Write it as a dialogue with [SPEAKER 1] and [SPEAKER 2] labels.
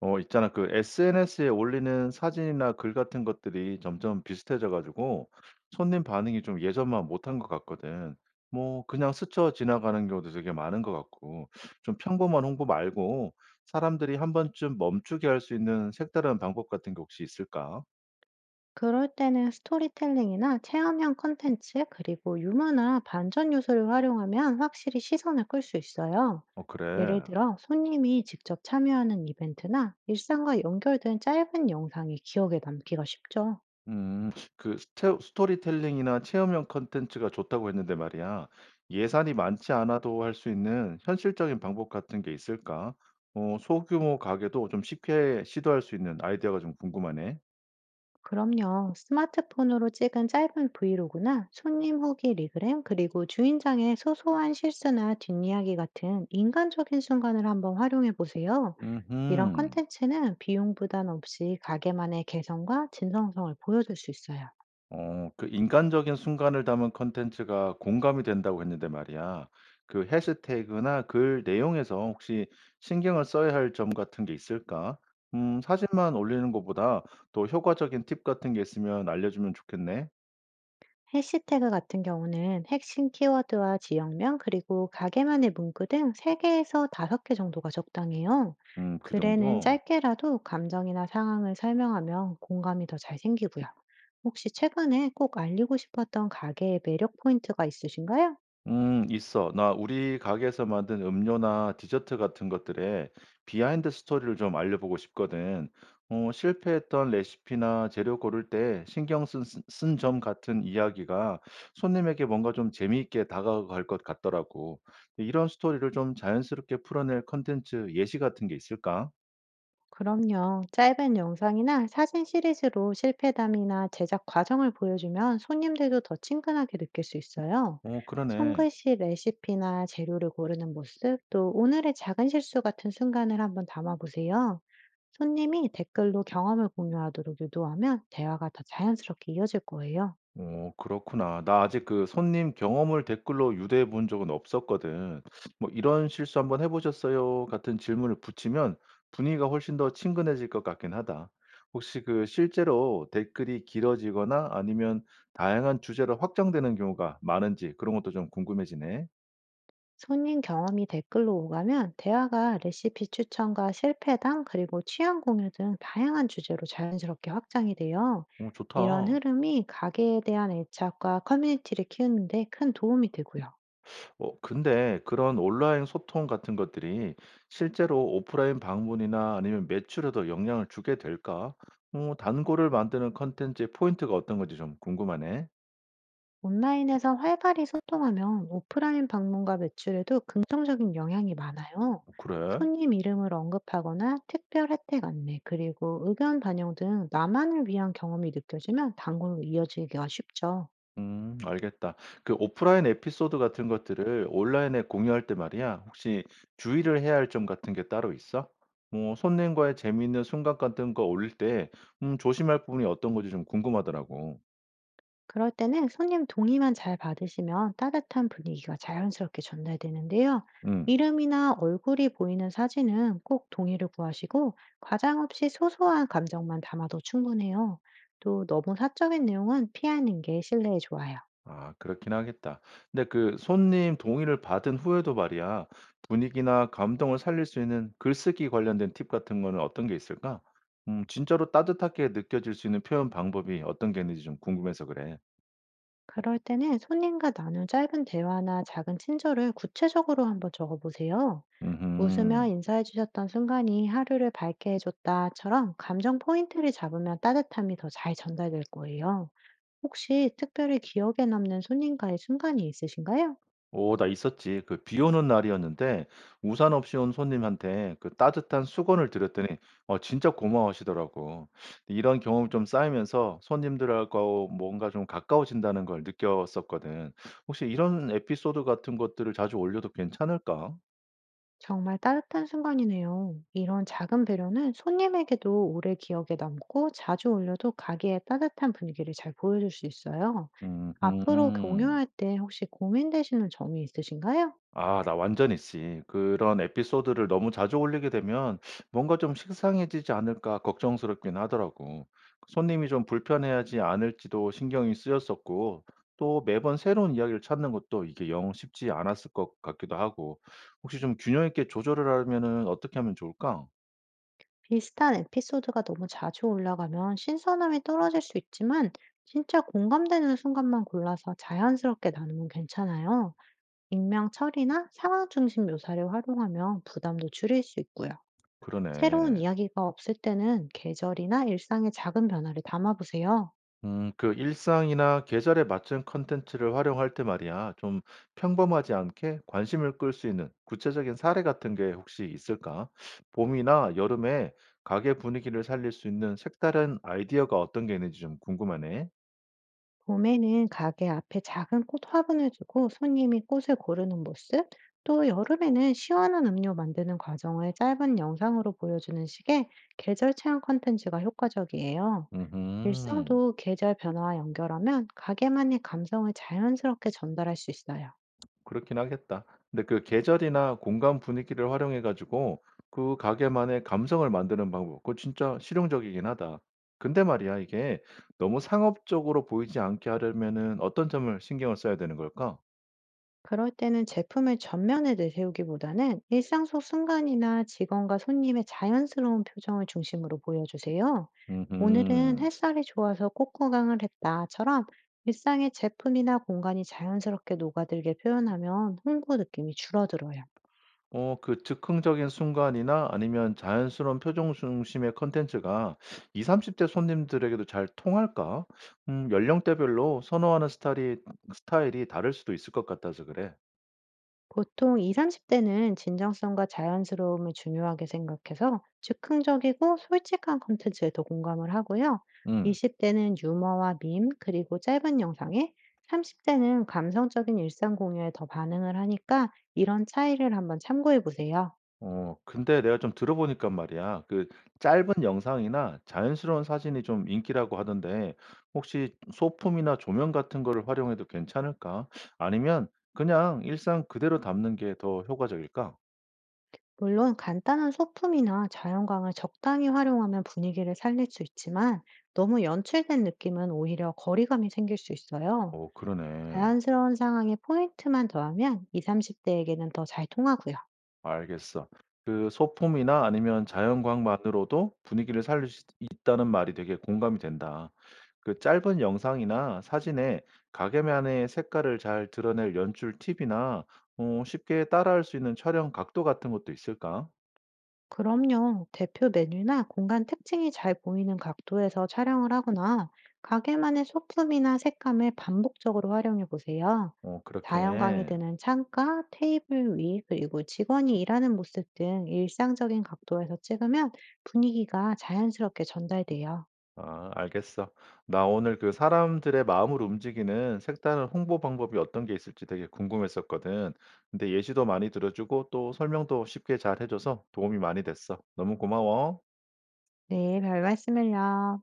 [SPEAKER 1] 어, 있잖아. 그 SNS에 올리는 사진이나 글 같은 것들이 점점 비슷해져 가지고 손님 반응이 좀 예전만 못한 것 같거든. 뭐, 그냥 스쳐 지나가는 경우도 되게 많은 것 같고, 좀 평범한 홍보 말고 사람들이 한 번쯤 멈추게 할 수 있는 색다른 방법 같은 게 혹시 있을까?
[SPEAKER 2] 그럴 때는 스토리텔링이나 체험형 콘텐츠, 그리고 유머나 반전 요소를 활용하면 확실히 시선을 끌 수 있어요.
[SPEAKER 1] 어, 그래.
[SPEAKER 2] 예를 들어, 손님이 직접 참여하는 이벤트나 일상과 연결된 짧은 영상이 기억에 남기가 쉽죠.
[SPEAKER 1] 음. 그 스테 스토리텔링이나 체험형 컨텐츠가 좋다고 했는데 말이야. 예산이 많지 않아도 할 수 있는 현실적인 방법 같은 게 있을까? 어, 소규모 가게도 좀 쉽게 시도할 수 있는 아이디어가 좀 궁금하네.
[SPEAKER 2] 그럼요, 스마트폰으로 찍은 짧은 브이로그나 손님 후기 리그램, 그리고 주인장의 소소한 실수나 뒷이야기 같은 인간적인 순간을 한번 활용해 보세요. 이런 컨
[SPEAKER 1] 음흠.
[SPEAKER 2] 텐츠는 비용 부담 없이 가게만의 개성과 진성성을 보여줄 수 있어요.
[SPEAKER 1] 어, 그 인간적인 순간을 담은 콘텐츠가 공감이 된다고 했는데 말이야. 그 해시태그나 글 내용에서 혹시 신경을 써야 할 점 같은 게 있을까? 음, 사진만 올리는 것보다 더 효과적인 팁 같은 게 있으면 알려주면 좋겠네.
[SPEAKER 2] 해시태그 같은 경우는 핵심 키워드와 지역명 그리고 가게만의 문구 등 3개에서 5개 정도가 적당해요.
[SPEAKER 1] 음, 그
[SPEAKER 2] 글에는
[SPEAKER 1] 정도?
[SPEAKER 2] 짧게라도 감정이나 상황을 설명하면 공감이 더 잘 생기고요. 혹시 최근에 꼭 알리고 싶었던 가게의 매력 포인트가 있으신가요?
[SPEAKER 1] 음, 있어. 나 우리 가게에서 만든 음료나 디저트 같은 것들에 비하인드 스토리를 좀 알려보고 싶거든. 어, 실패했던 레시피나 재료 고를 때 신경 쓴 점 같은 이야기가 손님에게 뭔가 좀 재미있게 다가갈 것 같더라고. 이런 스토리를 좀 자연스럽게 풀어낼 컨텐츠 예시 같은 게 있을까?
[SPEAKER 2] 그럼요. 짧은 영상이나 사진 시리즈로 실패담이나 제작 과정을 보여주면 손님들도 더 친근하게 느낄 수 있어요.
[SPEAKER 1] 어, 그러네.
[SPEAKER 2] 손글씨 레시피나 재료를 고르는 모습, 또 오늘의 작은 실수 같은 순간을 한번 담아보세요. 손님이 댓글로 경험을 공유하도록 유도하면 대화가 더 자연스럽게 이어질 거예요.
[SPEAKER 1] 어, 그렇구나. 나 아직 그 손님 경험을 댓글로 유대해 본 적은 없었거든. 뭐 "이런 실수 한번 해 보셨어요?" 같은 질문을 붙이면 분위기가 훨씬 더 친근해질 것 같긴 하다. 혹시 그 실제로 댓글이 길어지거나 아니면 다양한 주제로 확장되는 경우가 많은지 그런 것도 좀 궁금해지네.
[SPEAKER 2] 손님 경험이 댓글로 오가면 대화가 레시피 추천과 실패담, 그리고 취향 공유 등 다양한 주제로 자연스럽게 확장이 돼요.
[SPEAKER 1] 오,
[SPEAKER 2] 이런
[SPEAKER 1] 좋다.
[SPEAKER 2] 흐름이 가게에 대한 애착과 커뮤니티를 키우는데 큰 도움이 되고요.
[SPEAKER 1] 어, 근데 그런 온라인 소통 같은 것들이 실제로 오프라인 방문이나 아니면 매출에도 영향을 주게 될까? 어, 단골을 만드는 콘텐츠의 포인트가 어떤 건지 좀 궁금하네.
[SPEAKER 2] 온라인에서 활발히 소통하면 오프라인 방문과 매출에도 긍정적인 영향이 많아요.
[SPEAKER 1] 어, 그래?
[SPEAKER 2] 손님 이름을 언급하거나 특별 혜택 안내, 그리고 의견 반영 등 나만을 위한 경험이 느껴지면 단골로 이어지기가 쉽죠.
[SPEAKER 1] 음, 알겠다. 그 오프라인 에피소드 같은 것들을 온라인에 공유할 때 말이야. 혹시 주의를 해야 할 점 같은 게 따로 있어? 뭐 손님과의 재미있는 순간 같은 거 올릴 때 음, 조심할 부분이 어떤 건지 좀 궁금하더라고.
[SPEAKER 2] 그럴 때는 손님 동의만 잘 받으시면 따뜻한 분위기가 자연스럽게 전달되는데요.
[SPEAKER 1] 음.
[SPEAKER 2] 이름이나 얼굴이 보이는 사진은 꼭 동의를 구하시고 과장 없이 소소한 감정만 담아도 충분해요. 또 너무 사적인 내용은 피하는 게 신뢰에 좋아요.
[SPEAKER 1] 아, 그렇긴 하겠다. 근데 그 손님 동의를 받은 후에도 말이야, 분위기나 감동을 살릴 수 있는 글쓰기 관련된 팁 같은 거는 어떤 게 있을까? 음, 진짜로 따뜻하게 느껴질 수 있는 표현 방법이 어떤 게 있는지 좀 궁금해서 그래.
[SPEAKER 2] 그럴 때는 손님과 나눈 짧은 대화나 작은 친절을 구체적으로 한번 적어보세요. 웃으며
[SPEAKER 1] 음.
[SPEAKER 2] 인사해주셨던 순간이 하루를 밝게 해줬다처럼 감정 포인트를 잡으면 따뜻함이 더 잘 전달될 거예요. 혹시 특별히 기억에 남는 손님과의 순간이 있으신가요?
[SPEAKER 1] 오, 나 있었지. 그 비 오는 날이었는데 우산 없이 온 손님한테 그 따뜻한 수건을 드렸더니 어, 진짜 고마워하시더라고. 이런 경험 좀 쌓이면서 손님들하고 뭔가 좀 가까워진다는 걸 느꼈었거든. 혹시 이런 에피소드 같은 것들을 자주 올려도 괜찮을까?
[SPEAKER 2] 정말 따뜻한 순간이네요. 이런 작은 배려는 손님에게도 오래 기억에 남고 자주 올려도 가게의 따뜻한 분위기를 잘 보여줄 수 있어요. 앞으로
[SPEAKER 1] 음음.
[SPEAKER 2] 공유할 때 혹시 고민되시는 점이 있으신가요?
[SPEAKER 1] 아, 나 완전 있지. 그런 에피소드를 너무 자주 올리게 되면 뭔가 좀 식상해지지 않을까 걱정스럽긴 하더라고. 손님이 좀 불편해하지 않을지도 신경이 쓰였었고 또 매번 새로운 이야기를 찾는 것도 이게 영 쉽지 않았을 것 같기도 하고. 혹시 좀 균형 있게 조절을 하려면은 어떻게 하면 좋을까?
[SPEAKER 2] 비슷한 에피소드가 너무 자주 올라가면 신선함이 떨어질 수 있지만 진짜 공감되는 순간만 골라서 자연스럽게 나누면 괜찮아요. 익명 처리나 상황 중심 묘사를 활용하면 부담도 줄일 수 있고요. 새로운
[SPEAKER 1] 그러네.
[SPEAKER 2] 이야기가 없을 때는 계절이나 일상의 작은 변화를 담아보세요.
[SPEAKER 1] 그 일상이나 계절에 맞춘 컨텐츠를 활용할 때 말이야, 좀 평범하지 않게 관심을 끌 수 있는 구체적인 사례 같은 게 혹시 있을까? 봄이나 여름에 가게 분위기를 살릴 수 있는 색다른 아이디어가 어떤 게 있는지 좀 궁금하네.
[SPEAKER 2] 봄에는 가게 앞에 작은 꽃 화분을 두고 손님이 꽃을 고르는 모습, 또 여름에는 시원한 음료 만드는 과정을 짧은 영상으로 보여주는 식의 계절 체험 콘텐츠가 효과적이에요.
[SPEAKER 1] 음.
[SPEAKER 2] 일상도 계절 변화와 연결하면 가게만의 감성을 자연스럽게 전달할 수 있어요.
[SPEAKER 1] 그렇긴 하겠다. 근데 그 계절이나 공간 분위기를 활용해 가지고 그 가게만의 감성을 만드는 방법, 그거 진짜 실용적이긴 하다. 근데 말이야, 이게 너무 상업적으로 보이지 않게 하려면은 어떤 점을 신경을 써야 되는 걸까?
[SPEAKER 2] 그럴 때는 제품을 전면에 내세우기보다는 일상 속 순간이나 직원과 손님의 자연스러운 표정을 중심으로 보여주세요. 오늘은
[SPEAKER 1] 음.
[SPEAKER 2] 햇살이 좋아서 꽃구강을 했다처럼 일상의 제품이나 공간이 자연스럽게 녹아들게 표현하면 홍보 느낌이 줄어들어요.
[SPEAKER 1] 어, 그 즉흥적인 순간이나 아니면 자연스러운 표정 중심의 콘텐츠가 20, 30대 손님들에게도 잘 통할까? 연령대별로 선호하는 스타일이 다를 수도 있을 것 같아서 그래.
[SPEAKER 2] 보통 20, 30대는 진정성과 자연스러움을 중요하게 생각해서 즉흥적이고 솔직한 콘텐츠에 더 공감을 하고요.
[SPEAKER 1] 음.
[SPEAKER 2] 20대는 유머와 밈, 그리고 짧은 영상에 30대는 감성적인 일상 공유에 더 반응을 하니까 이런 차이를 한번 참고해 보세요.
[SPEAKER 1] 어, 근데 내가 좀 들어보니까 말이야. 그 짧은 영상이나 자연스러운 사진이 좀 인기라고 하던데 혹시 소품이나 조명 같은 거를 활용해도 괜찮을까? 아니면 그냥 일상 그대로 담는 게 더 효과적일까?
[SPEAKER 2] 물론 간단한 소품이나 자연광을 적당히 활용하면 분위기를 살릴 수 있지만 너무 연출된 느낌은 오히려 거리감이 생길 수 있어요.
[SPEAKER 1] 어, 그러네.
[SPEAKER 2] 자연스러운 상황에 포인트만 더하면 20, 30대에게는 더 잘 통하고요.
[SPEAKER 1] 알겠어. 그 소품이나 아니면 자연광만으로도 분위기를 살릴 수 있다는 말이 되게 공감이 된다. 그 짧은 영상이나 사진에 가게만의 색깔을 잘 드러낼 연출 팁이나 어, 쉽게 따라할 수 있는 촬영 각도 같은 것도 있을까?
[SPEAKER 2] 그럼요. 대표 메뉴나 공간 특징이 잘 보이는 각도에서 촬영을 하거나 가게만의 소품이나 색감을 반복적으로 활용해 보세요.
[SPEAKER 1] 어,
[SPEAKER 2] 자연광이
[SPEAKER 1] 그렇게.
[SPEAKER 2] 드는 창가, 테이블 위, 그리고 직원이 일하는 모습 등 일상적인 각도에서 찍으면 분위기가 자연스럽게 전달돼요.
[SPEAKER 1] 아, 알겠어. 나 오늘 그 사람들의 마음을 움직이는 색다른 홍보 방법이 어떤 게 있을지 되게 궁금했었거든. 근데 예시도 많이 들어주고 또 설명도 쉽게 잘 해줘서 도움이 많이 됐어. 너무 고마워.
[SPEAKER 2] 네, 별 말씀을요.